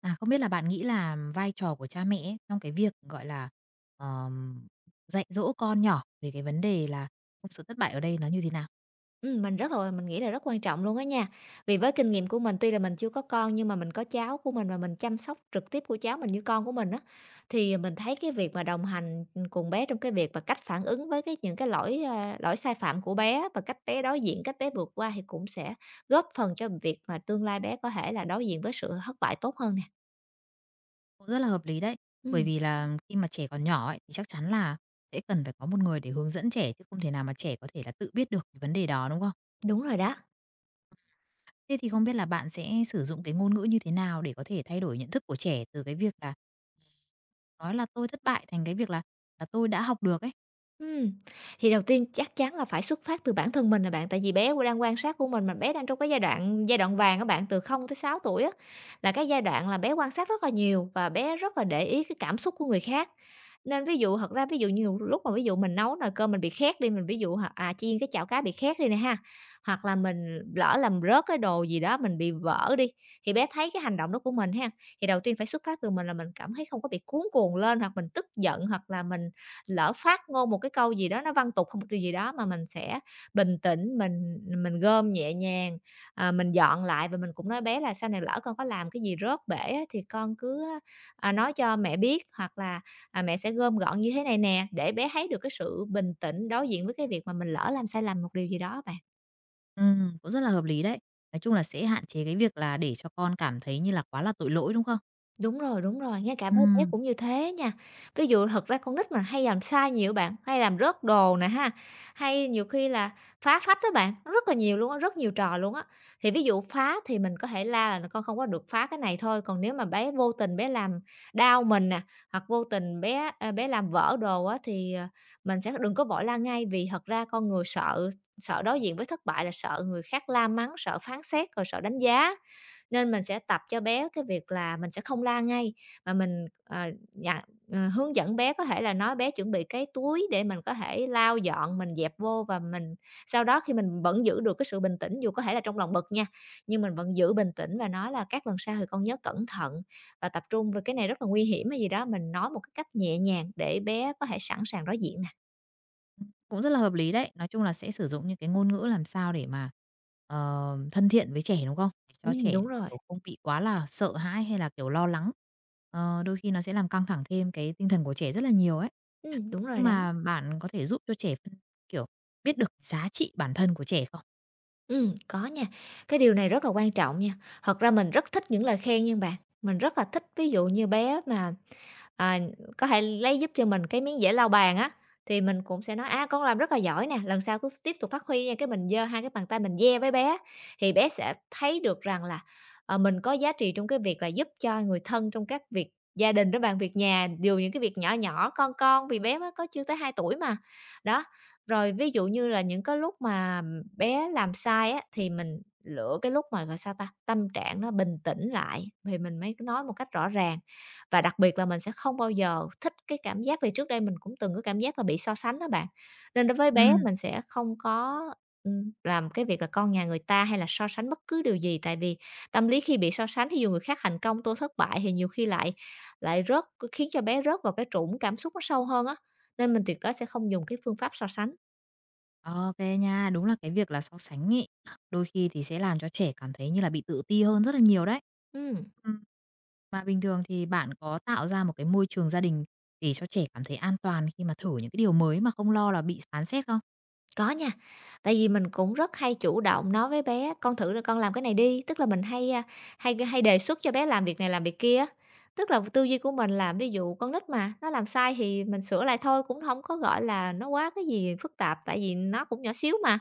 À, không biết là bạn nghĩ là vai trò của cha mẹ ấy, trong cái việc, gọi là, ờm, dạy dỗ con nhỏ về cái vấn đề là không sự thất bại ở đây nó như thế nào? Mình nghĩ là rất quan trọng luôn á nha. Vì với kinh nghiệm của mình, tuy là mình chưa có con nhưng mà mình có cháu của mình và mình chăm sóc trực tiếp của cháu mình như con của mình á, thì mình thấy cái việc mà đồng hành, cùng bé trong cái việc và cách phản ứng với những cái lỗi sai phạm của bé và cách bé đối diện, cách bé vượt qua thì cũng sẽ góp phần cho việc mà tương lai bé có thể là đối diện với sự thất bại tốt hơn nè. Cũng rất là hợp lý đấy, bởi Ừm, vì là khi mà trẻ còn nhỏ ấy, thì chắc chắn là sẽ cần phải có một người để hướng dẫn trẻ, chứ không thể nào mà trẻ có thể là tự biết được cái vấn đề đó, đúng không? Đúng rồi đó. Thế thì không biết là bạn sẽ sử dụng cái ngôn ngữ như thế nào để có thể thay đổi nhận thức của trẻ từ cái việc là nói là "tôi thất bại" thành cái việc là "tôi đã học được" ấy? Ừm, thì đầu tiên chắc chắn là phải xuất phát từ bản thân mình nè bạn, tại vì bé đang quan sát của mình mà bé đang trong cái giai đoạn vàng các bạn, từ không tới 6 tuổi á, là cái giai đoạn là bé quan sát rất là nhiều và bé rất là để ý cái cảm xúc của người khác. Nên ví dụ thật ra ví dụ như lúc mà ví dụ mình nấu nồi cơm mình bị khét đi, mình ví dụ chiên cái chảo cá bị khét đi nè ha, hoặc là mình lỡ làm rớt cái đồ gì đó mình bị vỡ đi, thì bé thấy cái hành động đó của mình ha, thì đầu tiên phải xuất phát từ mình là mình cảm thấy không có bị cuống cuồng lên hoặc mình tức giận hoặc là mình lỡ phát ngôn một cái câu gì đó nó văn tục không một điều gì đó mà mình sẽ bình tĩnh, mình gom nhẹ nhàng, mình dọn lại và mình cũng nói bé là "Sau này lỡ con có làm cái gì rớt bể á, thì con cứ, nói cho mẹ biết hoặc là, mẹ sẽ gom gọn như thế này nè." Để bé thấy được cái sự bình tĩnh đối diện với cái việc mà mình lỡ làm sai lầm một điều gì đó bạn. Cũng rất là hợp lý đấy. Nói chung là sẽ hạn chế cái việc là để cho con cảm thấy như là quá là tội lỗi, đúng không? Đúng rồi, ngay cả với bé Ừm, cũng như thế nha. Ví dụ thật ra con nít mà hay làm sai nhiều bạn, hay làm rớt đồ nè ha, hay nhiều khi là phá phách đó bạn, nó rất là nhiều luôn á, rất nhiều trò luôn á. Thì ví dụ phá thì mình có thể la là "Con không có được phá cái này" thôi, còn nếu mà bé vô tình bé làm đau mình nè, hoặc vô tình bé làm vỡ đồ á thì, mình sẽ đừng có vội la ngay, vì thật ra con người sợ sợ đối diện với thất bại là sợ người khác la mắng, sợ phán xét, rồi sợ đánh giá. Nên mình sẽ tập cho bé cái việc là mình sẽ không la ngay, mà mình, dặn hướng dẫn bé có thể là nói bé chuẩn bị cái túi để mình có thể lau dọn, mình dẹp vô và mình sau đó khi mình vẫn giữ được cái sự bình tĩnh, dù có thể là trong lòng bực nha, nhưng mình vẫn giữ bình tĩnh và nói là "Các lần sau thì con nhớ cẩn thận và tập trung về cái này rất là nguy hiểm" hay gì đó, mình nói một cái cách nhẹ nhàng để bé có thể sẵn sàng đối diện nè. cũng rất là hợp lý đấy. Nói chung là sẽ sử dụng những cái ngôn ngữ làm sao để mà, ờ, thân thiện với trẻ, đúng không? Để cho trẻ, Đúng rồi, kiểu, không bị quá là sợ hãi hay là, kiểu, lo lắng. Ờ, đôi khi nó sẽ làm căng thẳng thêm cái tinh thần của trẻ rất là nhiều ấy. Đúng rồi Nhưng đó. mà bạn có thể giúp cho trẻ phân kiểu, biết được giá trị bản thân của trẻ không? Có nha, cái điều này rất là quan trọng nha. Thật ra mình rất thích những lời khen nha bạn, mình rất là thích ví dụ như bé mà à, có thể lấy giúp cho mình cái miếng dễ lau bàn á, thì mình cũng sẽ nói: "A, con làm rất là giỏi nè, lần sau cứ tiếp tục phát huy nha." Cái mình giơ hai cái bàn tay mình "Yeah" với bé, thì bé sẽ thấy được rằng là, mình có giá trị trong cái việc là giúp cho người thân trong các việc gia đình đó bạn, việc nhà, dù những cái việc nhỏ nhỏ, con, vì bé mới có chưa tới 2 tuổi mà. Đó, rồi ví dụ như là những cái lúc mà bé làm sai á, thì mình lựa cái lúc mà, gọi sao ta, tâm trạng nó bình tĩnh lại thì mình mới nói một cách rõ ràng. Và đặc biệt là mình sẽ không bao giờ thích cái cảm giác vì trước đây mình cũng từng có cảm giác là bị so sánh đó bạn. Nên đối với bé mình sẽ không có, làm cái việc là con nhà người ta hay là so sánh bất cứ điều gì, tại vì tâm lý khi bị so sánh, thí dụ người khác thành công, tôi thất bại thì nhiều khi lại lại rớt khiến cho bé rớt vào cái trũng cảm xúc nó sâu hơn á, nên mình tuyệt đối sẽ không dùng cái phương pháp so sánh. OK nha, đúng là cái việc là so sánh ấy, đôi khi thì sẽ làm cho trẻ cảm thấy như là bị tự ti hơn rất là nhiều đấy. Ừm. Ừm. Mà bình thường thì bạn có tạo ra một cái môi trường gia đình để cho trẻ cảm thấy an toàn khi mà thử những cái điều mới mà không lo là bị phán xét không? Có nha, tại vì mình cũng rất hay chủ động nói với bé: "Con thử là con làm cái này đi." Tức là mình hay, a, hay hay đề xuất cho bé làm việc này, làm việc kia á. Tức là tư duy của mình là ví dụ con nít mà, nó làm sai thì mình sửa lại thôi, cũng không có, gọi là, nó quá cái gì phức tạp, tại vì nó cũng nhỏ xíu mà.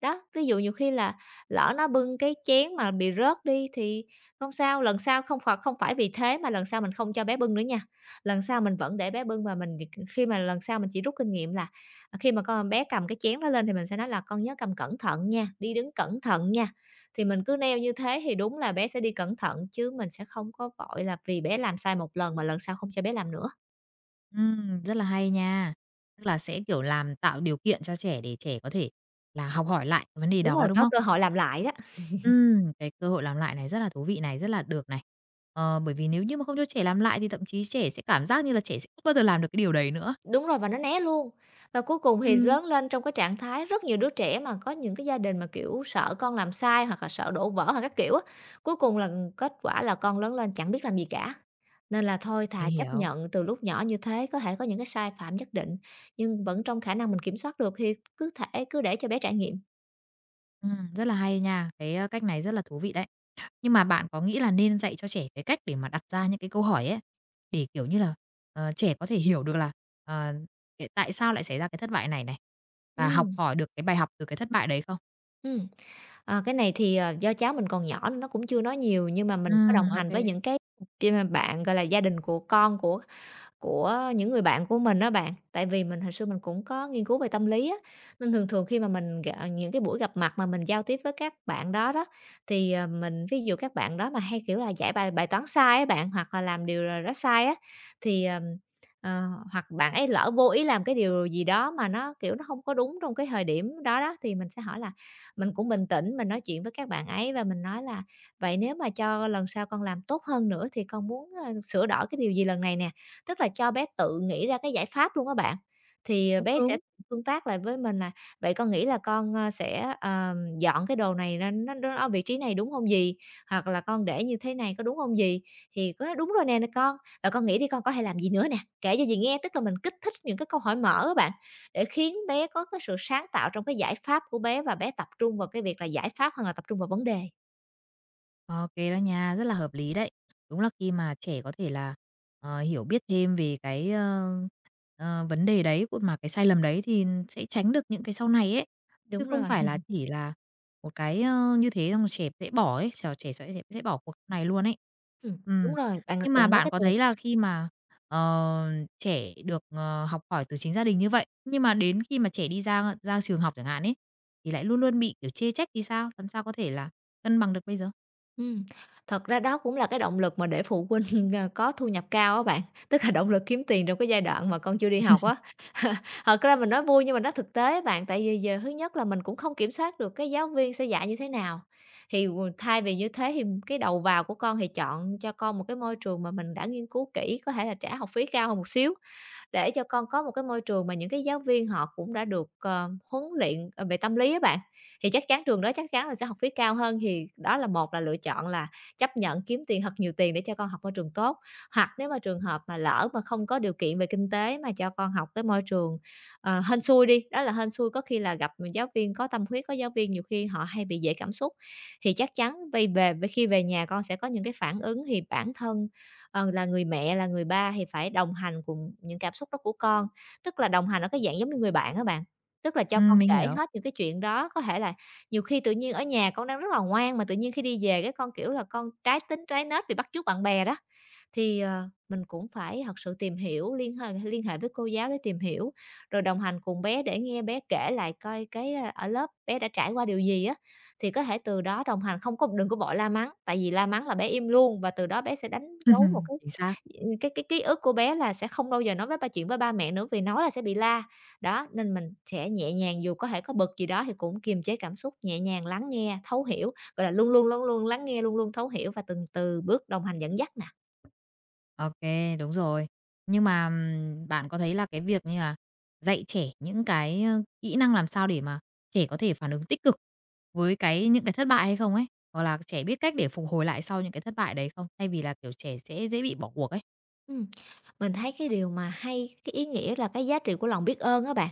Đó, ví dụ nhiều khi là lỡ nó bưng cái chén mà bị rớt đi thì không sao, lần sau không phải vì thế mà lần sau mình không cho bé bưng nữa nha. Lần sau mình vẫn để bé bưng và mình khi mà lần sau mình chỉ rút kinh nghiệm là à, khi mà con bé cầm cái chén đó lên thì mình sẽ nói là "Con nhớ cầm cẩn thận nha, đi đứng cẩn thận nha." Thì mình cứ neo như thế thì đúng là bé sẽ đi cẩn thận chứ mình sẽ không có vội là vì bé làm sai một lần mà lần sau không cho bé làm nữa. Rất là hay nha. Tức là sẽ, kiểu, làm tạo điều kiện cho trẻ để trẻ có thể là học hỏi lại cái vấn đề Đúng đó, rồi, đúng có không? cơ hội làm lại đó. Cái cơ hội làm lại này rất là thú vị này, rất là được này. Ờ, bởi vì nếu như mà không cho trẻ làm lại thì thậm chí trẻ sẽ cảm giác như là trẻ sẽ không bao giờ làm được cái điều đấy nữa. Đúng rồi, và nó né luôn. Và cuối cùng thì Ừm. lớn lên trong cái trạng thái rất nhiều đứa trẻ mà có những cái gia đình mà, kiểu, sợ con làm sai hoặc là sợ đổ vỡ hoặc các kiểu á, cuối cùng là kết quả là con lớn lên chẳng biết làm gì cả. Nên là thôi Mình thà chấp hiểu. nhận từ lúc nhỏ như thế, có thể có những cái sai phạm nhất định, nhưng vẫn trong khả năng mình kiểm soát được thì cứ thể cứ để cho bé trải nghiệm. Rất là hay nha, cái, ơ, cách này rất là thú vị đấy. Nhưng mà bạn có nghĩ là nên dạy cho trẻ cái cách để mà đặt ra những cái câu hỏi ấy, để, kiểu như là, ờ, trẻ có thể hiểu được là, ờ, cái tại sao lại xảy ra cái thất bại này này, Ừ và học hỏi được cái bài học từ cái thất bại đấy không? ừ ờ, cái này thì, do cháu mình còn nhỏ nên nó cũng chưa nói nhiều, nhưng mà mình Ừ, có đồng ok, hành với những cái kia mà bạn, gọi là, gia đình của con của những người bạn của mình đó bạn. Tại vì mình hồi xưa mình cũng có nghiên cứu về tâm lý á, nên thường thường khi mà mình gạ những cái buổi gặp mặt mà mình giao tiếp với các bạn đó đó, thì, mình ví dụ các bạn đó mà hay, kiểu là, giải bài bài toán sai á bạn, hoặc là làm điều nào đó sai á, thì, ờ, hoặc bạn ấy lỡ vô ý làm cái điều gì đó mà nó, kiểu, nó không có đúng trong cái thời điểm đó đó, thì mình sẽ hỏi là mình cũng bình tĩnh, mình nói chuyện với các bạn ấy và mình nói là "Vậy nếu mà cho lần sau con làm tốt hơn nữa thì con muốn, sửa đổi cái điều gì lần này nè?" Tức là cho bé tự nghĩ ra cái giải pháp luôn á bạn. Thì, cũng bé sẽ đúng. tương tác lại với mình là "Vậy con nghĩ là con, sẽ, dọn cái đồ này ra nó ở vị trí này đúng không gì Hoặc là "Con để như thế này có đúng không gì Thì có nói: "Đúng rồi nè nè con, và con nghĩ đi con có thể làm gì nữa nè, kể cho dì nghe." Tức là mình kích thích những cái câu hỏi mở á bạn, để khiến bé có cái sự sáng tạo trong cái giải pháp của bé và bé tập trung vào cái việc là giải pháp hơn là tập trung vào vấn đề. OK đó nha, rất là hợp lý đấy. Đúng là khi mà trẻ có thể là, ờ, hiểu biết thêm về cái, ơ, ờ, vấn đề đấy của mà cái sai lầm đấy thì sẽ tránh được những cái sau này ấy, chứ Đúng không rồi, phải là chỉ là một cái, ơ, như thế xong trẻ sẽ bỏ ấy, trẻ trẻ sẽ bỏ cuộc này luôn ấy. Đúng Ừm, rồi, bạn nhưng mà bạn nói cái. bạn có thấy là khi mà, ờ, trẻ được, ờ, học hỏi từ chính gia đình như vậy, nhưng mà đến khi mà trẻ đi ra ra trường học chẳng hạn ấy, thì lại luôn luôn bị, kiểu, chê trách thì sao? Làm sao có thể là cân bằng được bây giờ? Ừm, Thật ra đó cũng là cái động lực mà để phụ huynh, có thu nhập cao á bạn, tức là động lực kiếm tiền trong cái giai đoạn mà con chưa đi học á. Thật ra mình nói vui nhưng mà nó thực tế bạn, tại vì giờ thứ nhất là mình cũng không kiểm soát được cái giáo viên sẽ dạy như thế nào, thì thay vì như thế thì cái đầu vào của con thì chọn cho con một cái môi trường mà mình đã nghiên cứu kỹ, có thể là trả học phí cao hơn một xíu, để cho con có một cái môi trường mà những cái giáo viên họ cũng đã được, huấn luyện, về tâm lý á bạn, thì chắc chắn trường đó chắc chắn là sẽ học phí cao hơn. Thì đó là một là lựa chọn là chấp nhận kiếm tiền thật nhiều tiền để cho con học môi trường tốt, hoặc nếu mà trường hợp mà lỡ mà không có điều kiện về kinh tế mà cho con học cái môi trường, hên xui đi, đó là hên xui có khi là gặp giáo viên có tâm huyết, có giáo viên nhiều khi họ hay bị dễ cảm xúc, thì chắc chắn về về khi về nhà con sẽ có những cái phản ứng thì bản thân là người mẹ, là người ba thì phải đồng hành cùng những cảm xúc đó của con, tức là đồng hành ở cái dạng giống như người bạn á bạn. Tức là cho con Mình kể hiểu. hết những cái chuyện đó, có thể là nhiều khi tự nhiên ở nhà con đang rất là ngoan mà tự nhiên khi đi về cái con, kiểu là, con trái tính trái nết bị bắt chước bạn bè đó, thì, mình cũng phải thật sự tìm hiểu, liên hệ với cô giáo để tìm hiểu, rồi đồng hành cùng bé để nghe bé kể lại coi cái, a, ở lớp bé đã trải qua điều gì á. Thì có thể từ đó đồng hành, không có đừng có vội la mắng, tại vì la mắng là bé im luôn và từ đó bé sẽ đánh dấu một cái Chính xác. cái ký ức của bé là sẽ không bao giờ nói với ba chuyện với ba mẹ nữa vì nói là sẽ bị la. Đó, nên mình sẽ nhẹ nhàng dù có thể có bực gì đó thì cũng kiềm chế cảm xúc, nhẹ nhàng lắng nghe, thấu hiểu, gọi là, luôn luôn, luôn luôn lắng nghe, luôn luôn thấu hiểu và từng bước đồng hành dẫn dắt nè. OK, đúng rồi. Nhưng mà, bạn có thấy là cái việc như là dạy trẻ những cái, ơ, kỹ năng làm sao để mà trẻ có thể phản ứng tích cực với cái những cái thất bại hay không ấy? Hoặc là trẻ biết cách để phục hồi lại sau những cái thất bại đấy không? Thay vì là, kiểu, trẻ sẽ dễ bị bỏ cuộc ấy. Ừm, mình thấy cái điều mà hay, cái ý nghĩa là cái giá trị của lòng biết ơn á bạn.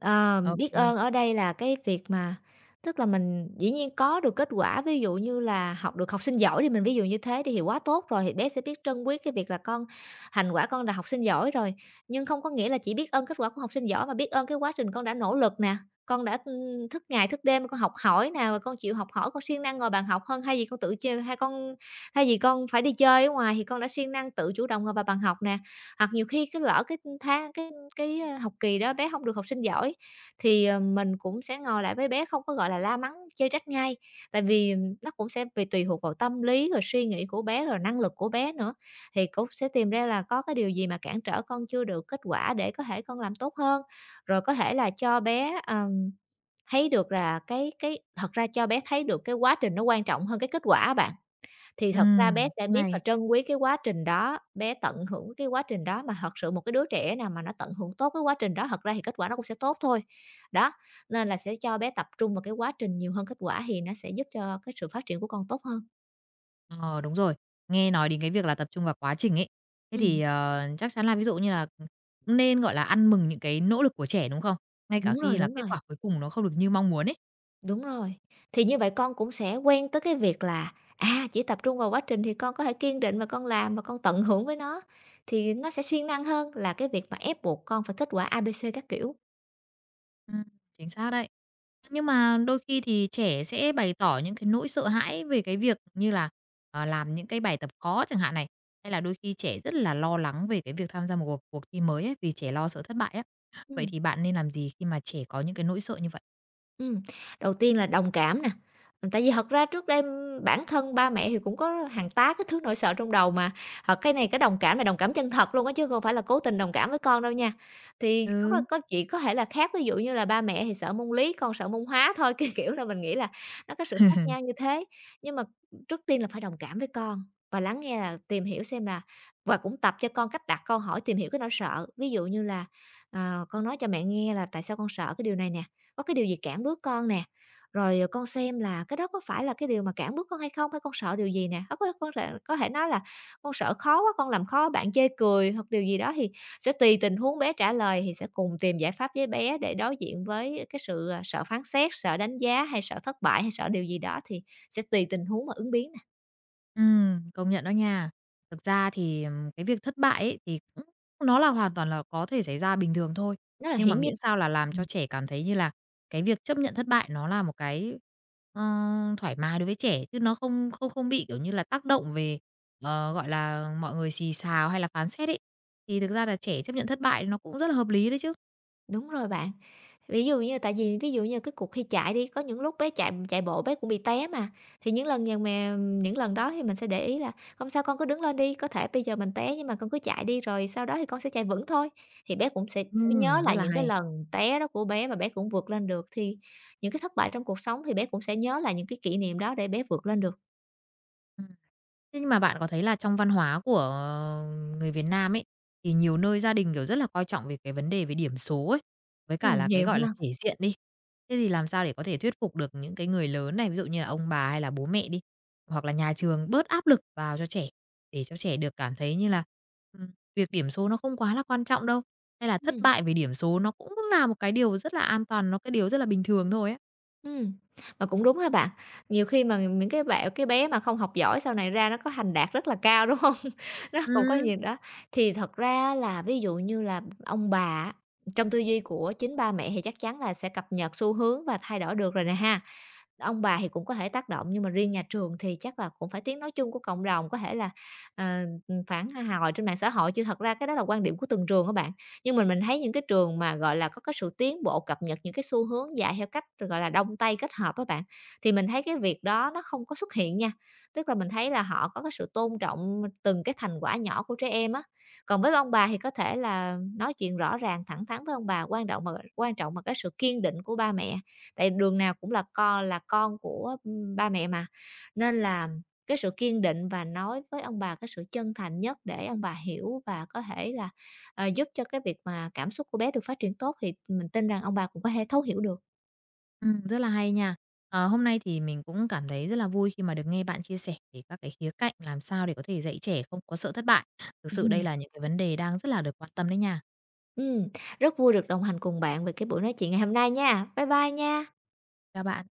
Ờ, OK biết kê. ơn ở đây là cái việc mà tức là mình dĩ nhiên có được kết quả, ví dụ như là học được học sinh giỏi thì mình ví dụ như thế đi thì hiệu quá tốt rồi, thì bé sẽ biết trân quý cái việc là con thành quả con là học sinh giỏi rồi. Nhưng không có nghĩa là chỉ biết ơn kết quả của học sinh giỏi mà biết ơn cái quá trình con đã nỗ lực nè, con đã, thức ngày thức đêm con học hỏi nè, và con chịu học hỏi, con siêng năng ngồi bàn học hơn thay vì con tự chơi hay con thay vì con phải đi chơi ở ngoài thì con đã siêng năng tự chủ động ngồi vào bàn học nè. Hoặc nhiều khi cái lỡ cái tháng học kỳ đó bé không được học sinh giỏi thì, mình cũng sẽ ngồi lại với bé, không có, gọi là, la mắng, chê trách ngay. Tại vì nó cũng sẽ bị tùy thuộc vào tâm lý, rồi suy nghĩ của bé, rồi năng lực của bé nữa, thì cũng sẽ tìm ra là có cái điều gì mà cản trở con chưa được kết quả để có thể con làm tốt hơn. Rồi có thể là cho bé, thấy được là cái thật ra cho bé thấy được cái quá trình nó quan trọng hơn cái kết quả bạn. Thì thật ra bé Cũng sẽ biết là hay. trân quý cái quá trình đó, bé tận hưởng cái quá trình đó, mà thật sự một cái đứa trẻ nào mà nó tận hưởng tốt cái quá trình đó, thật ra thì kết quả nó cũng sẽ tốt thôi. Đó, nên là sẽ cho bé tập trung vào cái quá trình nhiều hơn kết quả thì nó sẽ giúp cho cái sự phát triển của con tốt hơn. Ờ, đúng rồi. Nghe nói đến cái việc là tập trung vào quá trình ấy, thế thì, Ừm, ờ, chắc chắn là ví dụ như là, nên, gọi là, ăn mừng những cái nỗ lực của trẻ, đúng không? Ngay cả đúng rồi, khi là đúng kết rồi, quả cuối cùng nó không được như mong muốn ấy. đúng rồi. Thì như vậy con cũng sẽ quen tới cái việc là, à, chỉ tập trung vào quá trình thì con có thể kiên định và con làm và con tận hưởng với nó, thì nó sẽ siêng năng hơn là cái việc mà ép buộc con phải kết quả A, B, C các kiểu. Ừm, chính xác đấy. Nhưng mà đôi khi thì trẻ sẽ bày tỏ những cái nỗi sợ hãi về cái việc như là, ờ, làm những cái bài tập khó chẳng hạn này, hay là đôi khi trẻ rất là lo lắng về cái việc tham gia một cuộc cuộc thi mới ấy, vì trẻ lo sợ thất bại á. Vậy Ừm. thì bạn nên làm gì khi mà trẻ có những cái nỗi sợ như vậy? Ừm, đầu tiên là đồng cảm nè, tại vì thật ra trước đây, bản thân ba mẹ thì cũng có hàng tá cái thứ nỗi sợ trong đầu mà, cái này cái đồng cảm là đồng cảm chân thật luôn á, chứ không phải là cố tình đồng cảm với con đâu nha. Thì có có Ừ. có chỉ có thể là khác, ví dụ như là ba mẹ thì sợ môn lý, con sợ môn hóa thôi, cái kiểu là mình nghĩ là nó có sự khác nhau như thế. Nhưng mà trước tiên là phải đồng cảm với con và lắng nghe là tìm hiểu xem là và cũng tập cho con cách đặt câu hỏi tìm hiểu cái nỗi sợ. Ví dụ như là, con nói cho mẹ nghe là "Tại sao con sợ cái điều này nè?" Có cái điều gì cản bước con nè, rồi, con xem là cái đó có phải là cái điều mà cản bước con hay không? Hay con sợ điều gì nè? Hông có con sợ có thể nói là "Con sợ khó quá, con làm khó bạn chê cười" hoặc điều gì đó thì sẽ tùy tình huống bé trả lời thì sẽ cùng tìm giải pháp với bé để đối diện với cái sự, à, sợ phán xét, sợ đánh giá hay sợ thất bại hay sợ điều gì đó thì sẽ tùy tình huống mà ứng biến nè, công nhận đó nha. Thực ra thì, cái việc thất bại ấy thì cũng nó là hoàn toàn là có thể xảy ra bình thường thôi, nó là nhưng mà hiển nhiên. miễn sao là làm cho Ừm, trẻ cảm thấy như là cái việc chấp nhận thất bại nó là một cái, ờ, thoải mái đối với trẻ, chứ nó không không không bị, kiểu như là, tác động về, ờ, gọi là, mọi người xì xào hay là phán xét ấy. Thì thực ra là trẻ chấp nhận thất bại nó cũng rất là hợp lý đấy chứ. đúng rồi bạn. Ví dụ như tại vì ví dụ như cái cuộc thi chạy đi, có những lúc bé chạy chạy bộ bé cũng bị té mà, thì những lần dằn mà những lần đó thì mình sẽ để ý là "Không sao con cứ đứng lên đi, có thể bây giờ mình té nhưng mà con cứ chạy đi rồi sau đó thì con sẽ chạy vững thôi." Thì bé cũng sẽ nhớ Rất lại là những cái hay. lần té đó của bé và bé cũng vượt lên được, thì những cái thất bại trong cuộc sống thì bé cũng sẽ nhớ lại những cái kỷ niệm đó để bé vượt lên được. Ừm. Thế nhưng mà bạn có thấy là trong văn hóa của ờ, người Việt Nam ấy, thì nhiều nơi gia đình, kiểu, rất là coi trọng về cái vấn đề về điểm số ấy, với cả là cái, Nhiều hơn. gọi là, thể diện đi. Thế thì làm sao để có thể thuyết phục được những cái người lớn này, ví dụ như là ông bà hay là bố mẹ đi, hoặc là nhà trường bớt áp lực vào cho trẻ, để cho trẻ được cảm thấy như là, ừm, việc điểm số nó không quá là quan trọng đâu, hay là thất Ừm. bại về điểm số nó cũng là một cái điều rất là an toàn, nó cái điều rất là bình thường thôi á? Ừm, mà cũng đúng ha bạn. Nhiều khi mà những cái bạn cái bé mà không học giỏi sau này ra nó có thành đạt rất là cao, đúng hông? Nó cũng có Ừm. nhiều đó. Thì thật ra là ví dụ như là ông bà á, trong tư duy của chính ba mẹ thì chắc chắn là sẽ cập nhật xu hướng và thay đổi được rồi nè ha. Ông bà thì cũng có thể tác động, nhưng mà riêng nhà trường thì chắc là cũng phải tiếng nói chung của cộng đồng, có thể là, ờ, phản hồi trên mạng xã hội, chứ thật ra cái đó là quan điểm của từng trường các bạn. Nhưng mình thấy những cái trường mà, gọi là, có cái sự tiến bộ cập nhật những cái xu hướng dạy theo cách, gọi là, đông tây kết hợp các bạn, thì mình thấy cái việc đó nó không có xuất hiện nha. Tức là mình thấy là họ có cái sự tôn trọng từng cái thành quả nhỏ của trẻ em á. Còn với ông bà thì có thể là nói chuyện rõ ràng, thẳng thắn với ông bà, quan trọng mà quan trọng là cái sự kiên định của ba mẹ tại đường nào cũng là con của, ba mẹ mà. Nên là cái sự kiên định và nói với ông bà cái sự chân thành nhất để ông bà hiểu và có thể là, giúp cho cái việc mà cảm xúc của bé được phát triển tốt thì mình tin rằng ông bà cũng có thể thấu hiểu được. Rất là hay nha. Ờ, hôm nay thì mình cũng cảm thấy rất là vui khi mà được nghe bạn chia sẻ về các cái khía cạnh làm sao để có thể dạy trẻ không có sợ thất bại. Thực sự đây là những cái vấn đề đang rất là được quan tâm đấy nha. Ừm, rất vui được đồng hành cùng bạn về cái buổi nói chuyện ngày hôm nay nha. Bye bye nha. Các bạn.